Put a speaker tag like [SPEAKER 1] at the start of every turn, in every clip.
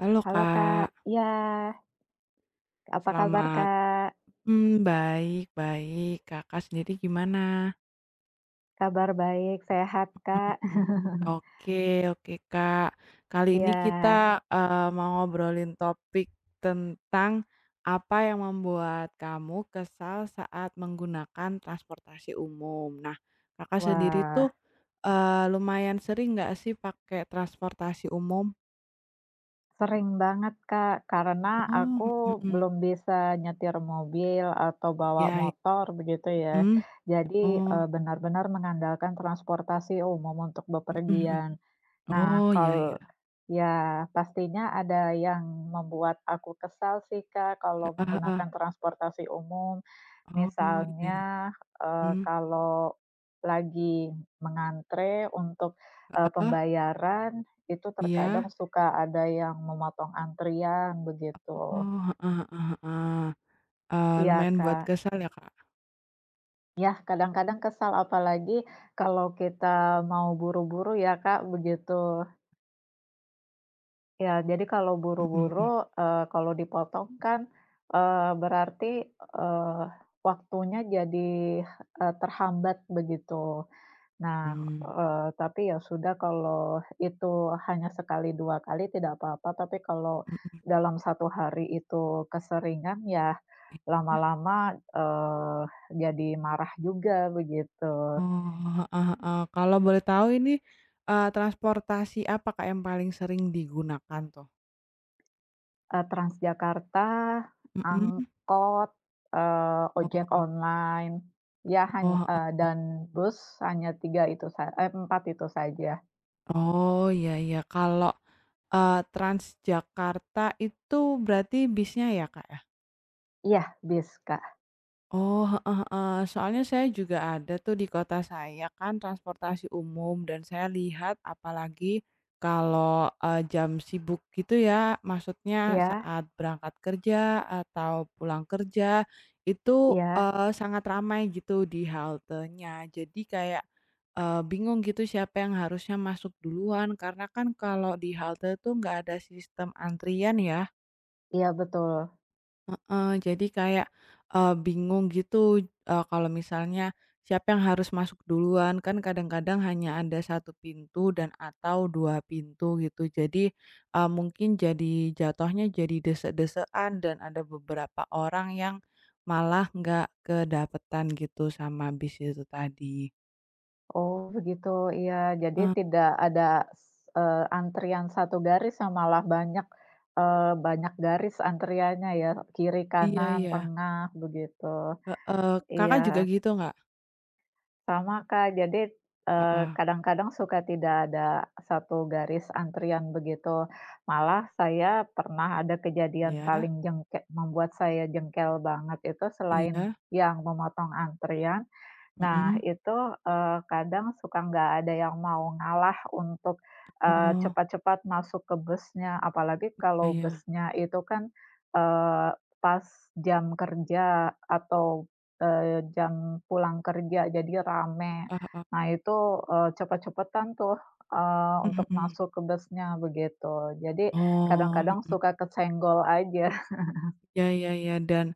[SPEAKER 1] Halo
[SPEAKER 2] Halo Kak,
[SPEAKER 1] Kak,
[SPEAKER 2] ya apa kabar
[SPEAKER 1] selamat.
[SPEAKER 2] Kak?
[SPEAKER 1] Baik baik. Kakak sendiri gimana?
[SPEAKER 2] Kabar baik, sehat
[SPEAKER 1] Mhm
[SPEAKER 2] Kak?
[SPEAKER 1] mhm. Oke oke Kak, kali ini kita,
[SPEAKER 2] Ya,
[SPEAKER 1] mau ngobrolin topik tentang apa yang membuat kamu kesal saat menggunakan transportasi umum. Nah, Kakak sendiri
[SPEAKER 2] wah,
[SPEAKER 1] tuh, lumayan sering nggak sih pakai transportasi umum?
[SPEAKER 2] sering banget Kak, karena
[SPEAKER 1] Oh,
[SPEAKER 2] aku
[SPEAKER 1] mhm mhm.
[SPEAKER 2] belum bisa nyetir mobil atau bawa
[SPEAKER 1] Iya,
[SPEAKER 2] motor begitu ya.
[SPEAKER 1] mhm.
[SPEAKER 2] Jadi,
[SPEAKER 1] Oh,
[SPEAKER 2] benar-benar mengandalkan transportasi umum untuk
[SPEAKER 1] mhm mhm.
[SPEAKER 2] bepergian. Nah,
[SPEAKER 1] Oh, iya ya.
[SPEAKER 2] kal Ya, pastinya ada yang membuat aku kesal sih Kak, kalau menggunakan transportasi umum.
[SPEAKER 1] Oh, iya
[SPEAKER 2] Misalnya,
[SPEAKER 1] iya, mmm,
[SPEAKER 2] kalau lagi mengantre untuk,
[SPEAKER 1] heeh,
[SPEAKER 2] pembayaran, itu terkadang
[SPEAKER 1] iya.
[SPEAKER 2] suka ada yang memotong antrian begitu.
[SPEAKER 1] Oh, heeh heeh heeh,
[SPEAKER 2] Iya,
[SPEAKER 1] lumayan buat
[SPEAKER 2] Kak.
[SPEAKER 1] kesel ya, Kak?
[SPEAKER 2] Ya kadang-kadang kesal apalagi kalau kita mau buru-buru ya, Kak, begitu. Ya, jadi kalau
[SPEAKER 1] Mhm mhm,
[SPEAKER 2] buru-buru, kalau dipotong kan, berarti, eee, waktunya jadi, terhambat begitu.
[SPEAKER 1] mmm,
[SPEAKER 2] Tapi ya sudah kalau itu hanya sekali, 2 kali tidak apa-apa, tapi kalau
[SPEAKER 1] mhm,
[SPEAKER 2] dalam satu hari itu keseringan ya
[SPEAKER 1] iya.
[SPEAKER 2] lama-lama, jadi marah juga begitu.
[SPEAKER 1] Oh, heeh heeh, kalau boleh tahu ini, transportasi apa, Kak, yang paling sering digunakan tuh?
[SPEAKER 2] Transjakarta,
[SPEAKER 1] Mhm,
[SPEAKER 2] angkot, ojek online,
[SPEAKER 1] oh, heeh,
[SPEAKER 2] dan bus hanya 3 itu sa eh, 4 itu saja.
[SPEAKER 1] oh, iya iya, kalau, Transjakarta itu berarti bisnya ya, Kak, ya?
[SPEAKER 2] Iya bis, Kak.
[SPEAKER 1] Oh, heeh heeh. Soalnya saya juga ada tuh di kota saya kan transportasi umum dan saya lihat apalagi kalau, jam sibuk gitu ya, maksudnya
[SPEAKER 2] Iya,
[SPEAKER 1] saat berangkat kerja atau pulang kerja itu,
[SPEAKER 2] iya,
[SPEAKER 1] sangat ramai gitu di haltenya. Jadi kayak, bingung gitu siapa yang harusnya masuk duluan karena kan kalau di halte tuh nggak ada sistem antrian ya.
[SPEAKER 2] iya, betul.
[SPEAKER 1] Jadi kayak, bingung gitu, kalau misalnya siapa yang harus masuk duluan, kan kadang-kadang hanya ada satu pintu dan atau 2 pintu gitu. Jadi, mungkin jadi jatuhnya jadi desek-desekan dan ada beberapa orang yang malah nggak kedapetan gitu sama bis itu tadi.
[SPEAKER 2] Oh begitu, iya. Jadi
[SPEAKER 1] Eee,
[SPEAKER 2] tidak ada s antrian satu garis ya, malah banyak, banyak garis antriannya ya, kiri,
[SPEAKER 1] iya
[SPEAKER 2] kanan,
[SPEAKER 1] iya,
[SPEAKER 2] tengah, begitu.
[SPEAKER 1] heeh. Kakak
[SPEAKER 2] Iya,
[SPEAKER 1] juga gitu nggak?
[SPEAKER 2] sama Kak. Jadi,
[SPEAKER 1] Heeh.
[SPEAKER 2] kadang-kadang suka tidak ada satu garis antrian begitu, malah saya pernah ada kejadian
[SPEAKER 1] Iya
[SPEAKER 2] paling membuat saya jengkel banget itu selain
[SPEAKER 1] iya,
[SPEAKER 2] yang memotong antrian. Nah
[SPEAKER 1] mhm.
[SPEAKER 2] itu, kadang suka nggak ada yang mau ngalah untuk,
[SPEAKER 1] Oh,
[SPEAKER 2] cepat-cepat masuk ke busnya, apalagi
[SPEAKER 1] iya
[SPEAKER 2] kalau
[SPEAKER 1] iya,
[SPEAKER 2] busnya itu kan, eee, pas jam kerja atau, jam pulang kerja jadi rame.
[SPEAKER 1] heeh heeh,
[SPEAKER 2] Nah itu, cepet-cepetan tuh,
[SPEAKER 1] mhm
[SPEAKER 2] untuk
[SPEAKER 1] mhm.
[SPEAKER 2] masuk ke busnya begitu. Jadi
[SPEAKER 1] Oh,
[SPEAKER 2] kadang-kadang
[SPEAKER 1] mhm,
[SPEAKER 2] suka kesenggol aja.
[SPEAKER 1] ya ya ya dan,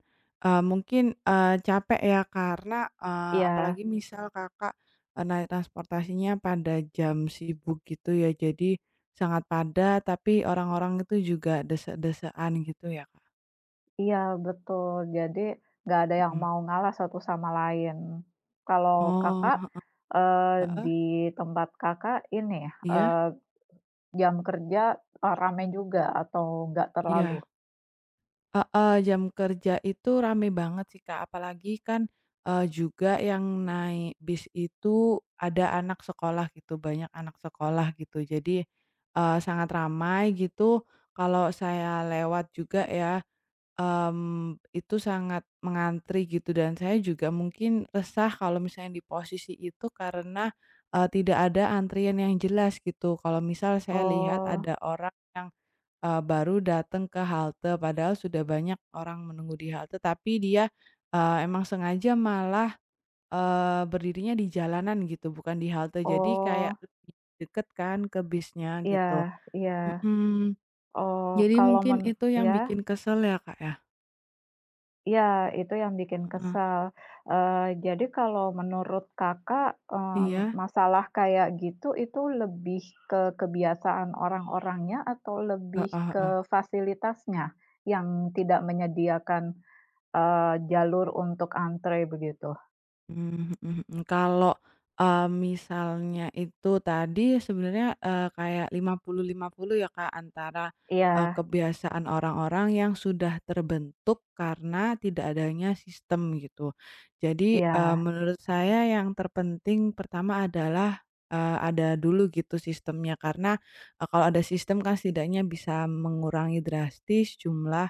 [SPEAKER 1] mungkin, capek ya karena,
[SPEAKER 2] Iya.
[SPEAKER 1] apalagi misal Kakak, naik transportasinya pada jam sibuk gitu ya, jadi sangat padat tapi orang-orang itu juga desek-desekan gitu ya, Kak?
[SPEAKER 2] Iya betul, jadi nggak ada yang
[SPEAKER 1] Mhm.
[SPEAKER 2] mau ngalah satu sama lain. Kalau
[SPEAKER 1] Oh,
[SPEAKER 2] Kakak,
[SPEAKER 1] heeh heeh,
[SPEAKER 2] di tempat Kakak ini,
[SPEAKER 1] iya
[SPEAKER 2] eee, jam kerja, rame juga atau nggak terlalu?
[SPEAKER 1] iya. Heeh, jam kerja itu rame banget sih, Kak, apalagi kan, juga yang naik bis itu ada anak sekolah gitu, banyak anak sekolah gitu. Jadi, sangat ramai gitu, kalau saya lewat juga ya, itu sangat mengantri gitu dan saya juga mungkin resah kalau misalnya di posisi itu karena, tidak ada antrian yang jelas gitu. Kalau misal saya lihat
[SPEAKER 2] Oh,
[SPEAKER 1] ada orang yang baru datang ke halte, padahal sudah banyak orang menunggu di halte, tapi dia, emang sengaja malah, berdirinya di jalanan gitu, bukan di halte. Jadi
[SPEAKER 2] oh,
[SPEAKER 1] kayak lebih deket kan ke bisnya
[SPEAKER 2] iya,
[SPEAKER 1] gitu.
[SPEAKER 2] iya.
[SPEAKER 1] Mhm,
[SPEAKER 2] Oh,
[SPEAKER 1] jadi
[SPEAKER 2] kalau
[SPEAKER 1] mungkin
[SPEAKER 2] men
[SPEAKER 1] itu yang
[SPEAKER 2] ya.
[SPEAKER 1] bikin kesel ya, Kak, ya?
[SPEAKER 2] Iya, itu yang bikin
[SPEAKER 1] Heeh.
[SPEAKER 2] kesal. Jadi kalau menurut Kakak,
[SPEAKER 1] Iya,
[SPEAKER 2] masalah kayak gitu itu lebih ke kebiasaan orang-orangnya atau lebih
[SPEAKER 1] heeh
[SPEAKER 2] ke
[SPEAKER 1] heeh.
[SPEAKER 2] fasilitasnya yang tidak menyediakan, eee, jalur untuk antre begitu?
[SPEAKER 1] Mmm, mhm mhm. Kalau, misalnya itu tadi sebenarnya, kayak 50-50 ya, Kak, antara,
[SPEAKER 2] Iya,
[SPEAKER 1] kebiasaan orang-orang yang sudah terbentuk karena tidak adanya sistem gitu. Jadi,
[SPEAKER 2] iya,
[SPEAKER 1] menurut saya yang terpenting pertama adalah, ada dulu gitu sistemnya karena, kalau ada sistem kan setidaknya bisa mengurangi drastis jumlah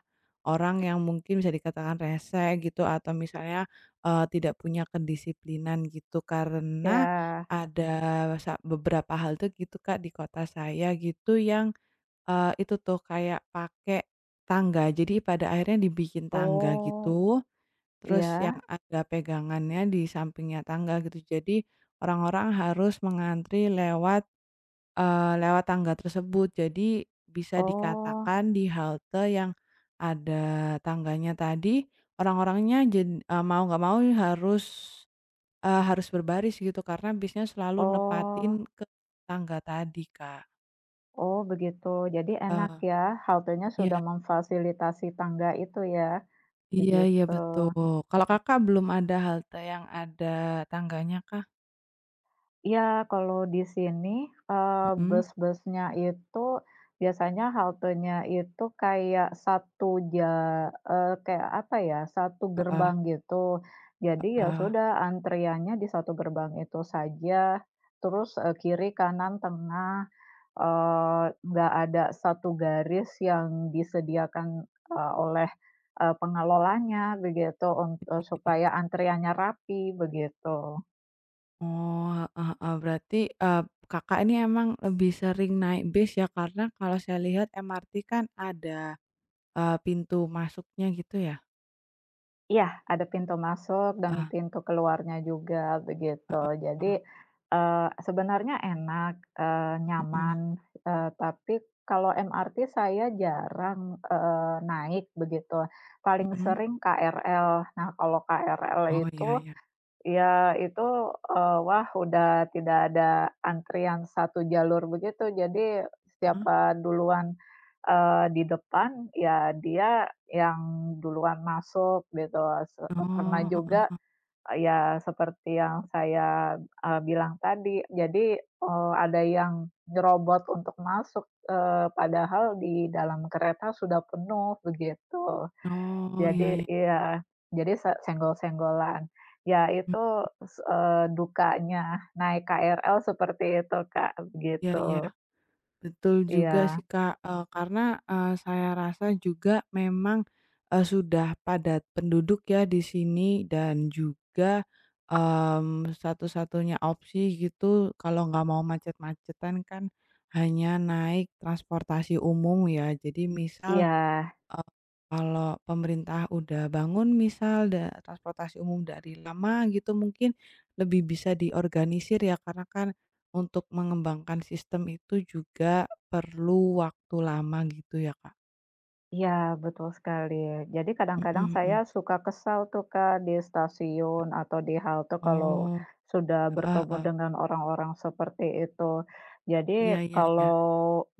[SPEAKER 1] orang yang mungkin bisa dikatakan rese gitu atau misalnya tidak punya kedisiplinan gitu karena
[SPEAKER 2] iya.
[SPEAKER 1] ada beberapa hal tuh gitu Kak di kota saya gitu yang, itu tuh kayak pakai tangga. Jadi pada akhirnya dibikin tangga
[SPEAKER 2] Oh,
[SPEAKER 1] gitu, terus yang
[SPEAKER 2] iya?
[SPEAKER 1] ada pegangannya di sampingnya tangga gitu. Jadi orang-orang harus mengantri lewat tangga tersebut. Jadi bisa
[SPEAKER 2] Oh,
[SPEAKER 1] dikatakan di halte yang ada tangganya tadi, orang-orangnya jadi mau nggak mau harus berbaris gitu karena bisnya selalu nepatin
[SPEAKER 2] oh,
[SPEAKER 1] ke tangga tadi, Kak.
[SPEAKER 2] oh, begitu. Jadi enak
[SPEAKER 1] Eee,
[SPEAKER 2] ya, haltenya sudah
[SPEAKER 1] iya
[SPEAKER 2] memfasilitasi tangga itu ya?
[SPEAKER 1] iya iya,
[SPEAKER 2] Begitu.
[SPEAKER 1] betul. Kalau Kakak belum ada halte yang ada tangganya kah?
[SPEAKER 2] Iya, kalau di sini,
[SPEAKER 1] Mhm,
[SPEAKER 2] bus-busnya itu biasanya haltenya itu kayak ja kayak apa ya, satu
[SPEAKER 1] heeh
[SPEAKER 2] gerbang gitu. Jadi ya sudah antriannya di satu gerbang itu saja, terus, kiri, kanan, tengah, nggak ada satu garis yang disediakan, oleh, pengelolanya begitu,
[SPEAKER 1] heeh.
[SPEAKER 2] supaya antriannya rapi, begitu.
[SPEAKER 1] Oh, heeh heeh. Berarti, Kakak ini emang lebih sering naik bis ya, karena kalau saya lihat MRT kan ada, pintu masuknya gitu ya?
[SPEAKER 2] Iya, ada pintu masuk dan
[SPEAKER 1] Heeh
[SPEAKER 2] pintu keluarnya juga begitu.
[SPEAKER 1] heeh
[SPEAKER 2] Jadi,
[SPEAKER 1] heeh.
[SPEAKER 2] sebenarnya enak,
[SPEAKER 1] Mhm
[SPEAKER 2] nyaman, tapi kalau MRT saya jarang, naik begitu, paling
[SPEAKER 1] mhm.
[SPEAKER 2] sering KRL. Nah, kalau KRL
[SPEAKER 1] Oh,
[SPEAKER 2] itu
[SPEAKER 1] iya iya.
[SPEAKER 2] ya itu, wah udah tidak ada antrian satu jalur begitu, jadi
[SPEAKER 1] Heeh.
[SPEAKER 2] siapa duluan, di depan, ya dia yang duluan masuk gitu, se pernah
[SPEAKER 1] Oh, heeh
[SPEAKER 2] juga,
[SPEAKER 1] heeh.
[SPEAKER 2] ya seperti yang saya, bilang tadi, jadi, ada yang nyerobot untuk masuk, padahal di dalam kereta sudah penuh, begitu.
[SPEAKER 1] Oh,
[SPEAKER 2] Jadi
[SPEAKER 1] iya iya.
[SPEAKER 2] iya, jadi senggol-senggolan. Ya
[SPEAKER 1] Mmm,
[SPEAKER 2] itu dukanya naik KRL seperti itu, Kak,
[SPEAKER 1] iya
[SPEAKER 2] begitu.
[SPEAKER 1] iya. Betul juga
[SPEAKER 2] Iya,
[SPEAKER 1] sih Kak, karena, saya rasa juga memang, sudah padat penduduk ya di sini dan juga, satu-satunya opsi gitu kalau nggak mau macet-macetan kan hanya naik transportasi umum ya. Jadi misal
[SPEAKER 2] iya,
[SPEAKER 1] Eee, kalau pemerintah udah bangun misal transportasi umum dari lama gitu mungkin lebih bisa diorganisir ya karena kan untuk mengembangkan sistem itu juga perlu waktu lama gitu ya, Kak?
[SPEAKER 2] iya, betul sekali. Jadi kadang-kadang
[SPEAKER 1] Mhm
[SPEAKER 2] saya
[SPEAKER 1] mhm.
[SPEAKER 2] suka kesal tuh, Kak, di stasiun atau di halte kalau
[SPEAKER 1] Oh,
[SPEAKER 2] sudah
[SPEAKER 1] heeh
[SPEAKER 2] bertemu
[SPEAKER 1] heeh.
[SPEAKER 2] dengan orang-orang seperti itu. Jadi
[SPEAKER 1] Iya iya iya.
[SPEAKER 2] kalau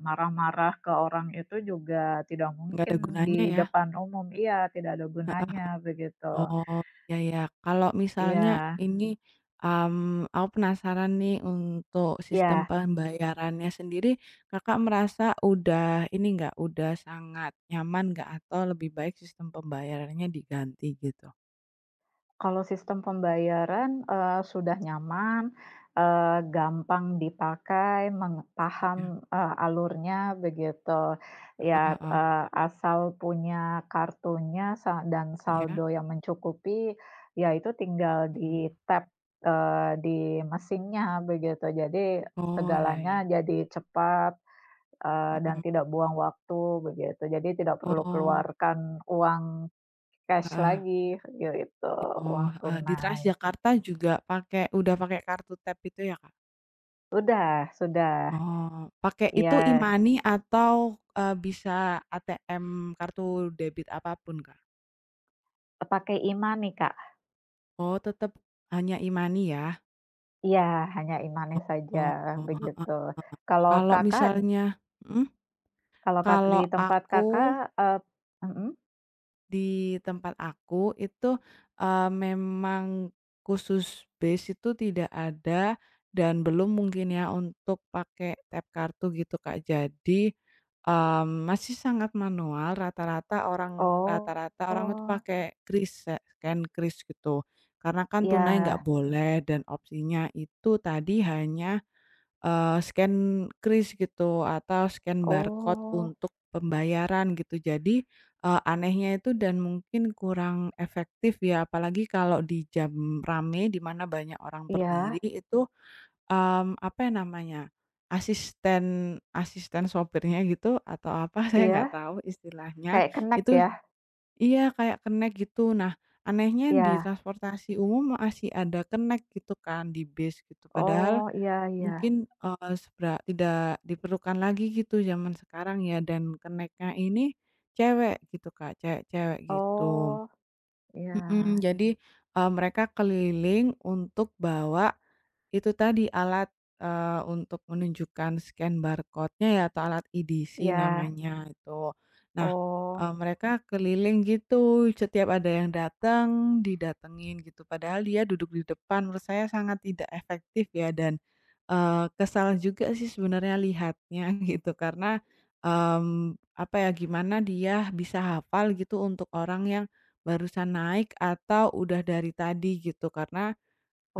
[SPEAKER 2] marah-marah ke orang itu juga tidak
[SPEAKER 1] Nggak ada
[SPEAKER 2] mungkin
[SPEAKER 1] gunanya
[SPEAKER 2] di
[SPEAKER 1] ya?
[SPEAKER 2] depan umum iya, tidak ada gunanya, begitu.
[SPEAKER 1] Oh, ya ya. Kalau misalnya
[SPEAKER 2] Iya,
[SPEAKER 1] ini, aku penasaran nih untuk sistem
[SPEAKER 2] iya.
[SPEAKER 1] pembayarannya sendiri Kakak merasa udah ini nggak, udah sangat nyaman nggak? Atau lebih baik sistem pembayarannya diganti gitu?
[SPEAKER 2] Kalau sistem pembayaran, sudah nyaman, gampang dipakai,
[SPEAKER 1] Iya,
[SPEAKER 2] paham, alurnya begitu.
[SPEAKER 1] heeh
[SPEAKER 2] Ya,
[SPEAKER 1] heeh,
[SPEAKER 2] asal punya kartunya sa dan
[SPEAKER 1] iya,
[SPEAKER 2] saldo yang mencukupi, ya itu tinggal
[SPEAKER 1] mhm.
[SPEAKER 2] di-tap, di mesinnya begitu. Jadi
[SPEAKER 1] Oh, iya iya,
[SPEAKER 2] segalanya jadi cepat, dan
[SPEAKER 1] mhm.
[SPEAKER 2] tidak buang waktu begitu. Jadi tidak perlu
[SPEAKER 1] Oh,
[SPEAKER 2] keluarkan uang Cash
[SPEAKER 1] heeh,
[SPEAKER 2] lagi, gitu,
[SPEAKER 1] oh,
[SPEAKER 2] uang
[SPEAKER 1] heeh, di
[SPEAKER 2] tunai.
[SPEAKER 1] Transjakarta juga udah pakai kartu tap itu ya, Kak?
[SPEAKER 2] Sudah,
[SPEAKER 1] Oh, pakai itu
[SPEAKER 2] iya,
[SPEAKER 1] e-money atau, bisa ATM kartu debit apapun, Kak?
[SPEAKER 2] pakai e-money, Kak.
[SPEAKER 1] Oh, tetap hanya e-money ya?
[SPEAKER 2] Iya, hanya e-money
[SPEAKER 1] Oh
[SPEAKER 2] saja,
[SPEAKER 1] oh oh, heeh.
[SPEAKER 2] begitu. Kalau
[SPEAKER 1] Kalau
[SPEAKER 2] Kakak
[SPEAKER 1] misalnya, mhm?
[SPEAKER 2] kalau Kak
[SPEAKER 1] Kalau
[SPEAKER 2] di tempat
[SPEAKER 1] aku
[SPEAKER 2] Kakak, mhm,
[SPEAKER 1] Di tempat aku itu, memang khusus base itu tidak ada dan belum mungkin ya untuk pakai tap kartu gitu, Kak. Jadi, masih sangat manual rata-rata orang
[SPEAKER 2] oh,
[SPEAKER 1] rata-rata orang itu pakai kris ya, scan kris gitu. Karena kan tunai nggak
[SPEAKER 2] iya,
[SPEAKER 1] boleh dan opsinya itu tadi hanya scan kris gitu atau scan barcode
[SPEAKER 2] oh,
[SPEAKER 1] untuk pembayaran gitu. Jadi, anehnya itu dan mungkin kurang efektif ya apalagi kalau di jam rame di mana banyak orang
[SPEAKER 2] iya,
[SPEAKER 1] berdiri itu, apa ya namanya, asisten asisten sopirnya gitu atau apa saya nggak
[SPEAKER 2] iya,
[SPEAKER 1] tahu istilahnya,
[SPEAKER 2] kayak Connect
[SPEAKER 1] itu
[SPEAKER 2] ya?
[SPEAKER 1] iya kayak connect gitu. Nah anehnya di
[SPEAKER 2] Iya,
[SPEAKER 1] transportasi umum masih ada connect gitu kan di bis gitu padahal
[SPEAKER 2] oh, iya, iya,
[SPEAKER 1] mungkin, tidak diperlukan lagi gitu zaman sekarang ya dan connect ini cewek gitu Kak, cewek-cewek gitu.
[SPEAKER 2] oh, iya,
[SPEAKER 1] Mhm, jadi, mereka keliling untuk bawa itu tadi alat, untuk menunjukkan scan barcode-nya ya atau alat EDC
[SPEAKER 2] iya,
[SPEAKER 1] namanya itu. Nah,
[SPEAKER 2] oh,
[SPEAKER 1] mereka keliling gitu setiap ada yang datang didatengin gitu padahal dia duduk di depan menurut saya sangat tidak efektif ya dan, kesal juga sih sebenarnya lihatnya gitu karena, apa ya gimana dia bisa hafal gitu untuk orang yang barusan naik atau udah dari tadi gitu karena,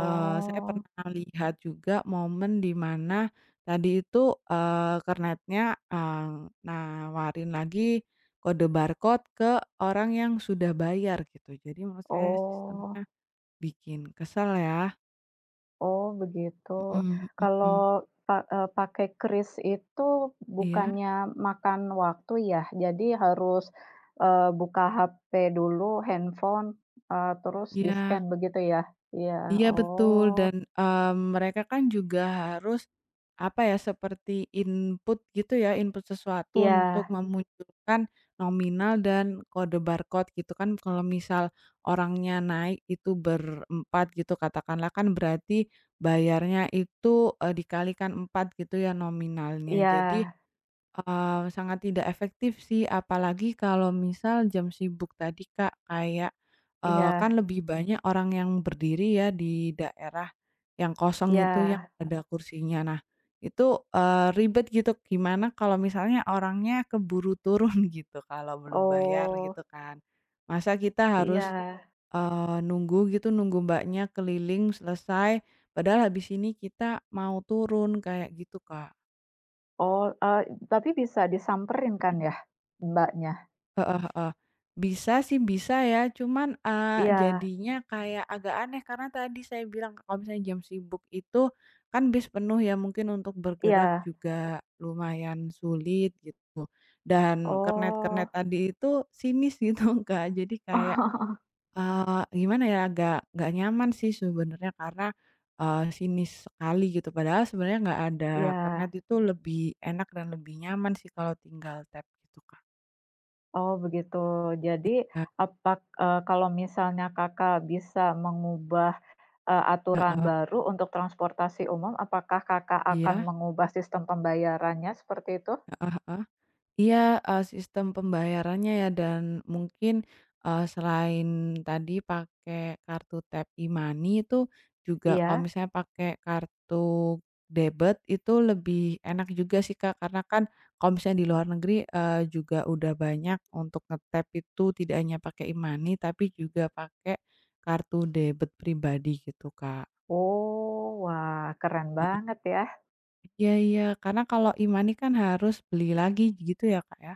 [SPEAKER 1] saya pernah lihat juga momen di mana tadi itu, Klarnetnya, eee, nawarin lagi kode barcode ke orang yang sudah bayar gitu. Jadi menurut saya
[SPEAKER 2] oh.
[SPEAKER 1] sistemnya bikin kesel ya.
[SPEAKER 2] Oh, begitu.
[SPEAKER 1] Mhm mhm
[SPEAKER 2] Kalau
[SPEAKER 1] mhm.
[SPEAKER 2] pakai kris itu
[SPEAKER 1] Iya
[SPEAKER 2] bukannya makan waktu ya? Jadi harus, buka HP dulu, handphone, terus di-scan
[SPEAKER 1] iya.
[SPEAKER 2] begitu ya? Iya,
[SPEAKER 1] Iya betul
[SPEAKER 2] oh,
[SPEAKER 1] dan, mereka kan juga harus, apa ya, seperti input gitu ya, input sesuatu untuk
[SPEAKER 2] iya,
[SPEAKER 1] memunculkan nominal dan kode barcode gitu kan. Kalau misal orangnya naik itu berempat gitu katakanlah kan berarti bayarnya itu, dikalikan 4 gitu ya nominalnya.
[SPEAKER 2] iya,
[SPEAKER 1] Jadi, sangat tidak efektif sih, apalagi kalau misal jam sibuk tadi, Kak, kayak, kan
[SPEAKER 2] iya,
[SPEAKER 1] lebih banyak orang yang berdiri ya di daerah yang kosong itu
[SPEAKER 2] iya,
[SPEAKER 1] yang ada kursinya. Nah, itu, ribet gitu, gimana kalau misalnya orangnya keburu turun gitu kalau belum bayar
[SPEAKER 2] oh,
[SPEAKER 1] gitu kan. Masa kita
[SPEAKER 2] iya,
[SPEAKER 1] harus, nunggu gitu, nunggu Mbaknya keliling selesai, padahal habis ini kita mau turun, kayak gitu, Kak.
[SPEAKER 2] oh, eee, tapi bisa disamperin kan ya Mbaknya?
[SPEAKER 1] Heeh heeh. Bisa sih bisa ya, cuman,
[SPEAKER 2] Iya,
[SPEAKER 1] jadinya kayak agak aneh karena tadi saya bilang kalau misalnya jam sibuk itu kan bis penuh ya mungkin untuk bergerak
[SPEAKER 2] iya,
[SPEAKER 1] juga lumayan sulit gitu, dan kernet-kernet
[SPEAKER 2] oh,
[SPEAKER 1] tadi itu sinis gitu Kak, jadi kayak, gimana ya agak nggak nyaman sih sebenarnya karena, sinis sekali gitu padahal sebenarnya nggak ada
[SPEAKER 2] iya.
[SPEAKER 1] kernet itu lebih enak dan lebih nyaman sih kalau tinggal tap gitu Kak,
[SPEAKER 2] Oh begitu. Jadi kalau misalnya Kakak bisa mengubah, aturan
[SPEAKER 1] heeh,
[SPEAKER 2] baru untuk transportasi umum, apakah Kakak akan
[SPEAKER 1] iya?
[SPEAKER 2] mengubah sistem pembayarannya seperti itu?
[SPEAKER 1] Heeh heeh. Iya, sistem pembayarannya ya dan mungkin, selain tadi pakai kartu tap e-money itu juga kalau
[SPEAKER 2] Iya?
[SPEAKER 1] misalnya pakai kartu debit itu lebih enak juga sih, Kak, karena kan kalau misalnya di luar negeri, juga udah banyak untuk itu tidak hanya pakai e-money tapi juga pakai kartu debit pribadi gitu, Kak.
[SPEAKER 2] Oh, wah keren
[SPEAKER 1] Heeh.
[SPEAKER 2] banget ya.
[SPEAKER 1] Iya iya, karena kalau e-money kan harus beli lagi gitu ya, Kak, ya?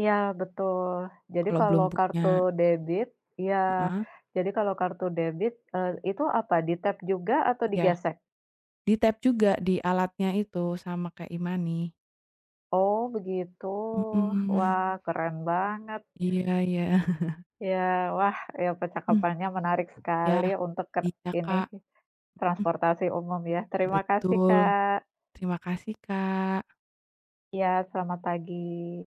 [SPEAKER 2] Iya betul. Jadi
[SPEAKER 1] Kalau belum
[SPEAKER 2] kalau
[SPEAKER 1] punya.
[SPEAKER 2] kartu debit ya.
[SPEAKER 1] Heeh,
[SPEAKER 2] Jadi kalau kartu debit, itu apa, di-tap juga atau
[SPEAKER 1] iya,
[SPEAKER 2] digesek?
[SPEAKER 1] di-tap juga di alatnya itu sama kayak e-money.
[SPEAKER 2] Oh begitu.
[SPEAKER 1] Mhm,
[SPEAKER 2] Wah keren banget.
[SPEAKER 1] iya iya,
[SPEAKER 2] Ya, wah, ya
[SPEAKER 1] mhm,
[SPEAKER 2] percakapannya menarik
[SPEAKER 1] iya
[SPEAKER 2] sekali untuk
[SPEAKER 1] iya,
[SPEAKER 2] ini,
[SPEAKER 1] Kak, mhm,
[SPEAKER 2] transportasi umum ya. Terima kasih,
[SPEAKER 1] betul.
[SPEAKER 2] Kak.
[SPEAKER 1] Terima kasih, Kak.
[SPEAKER 2] Ya, selamat pagi.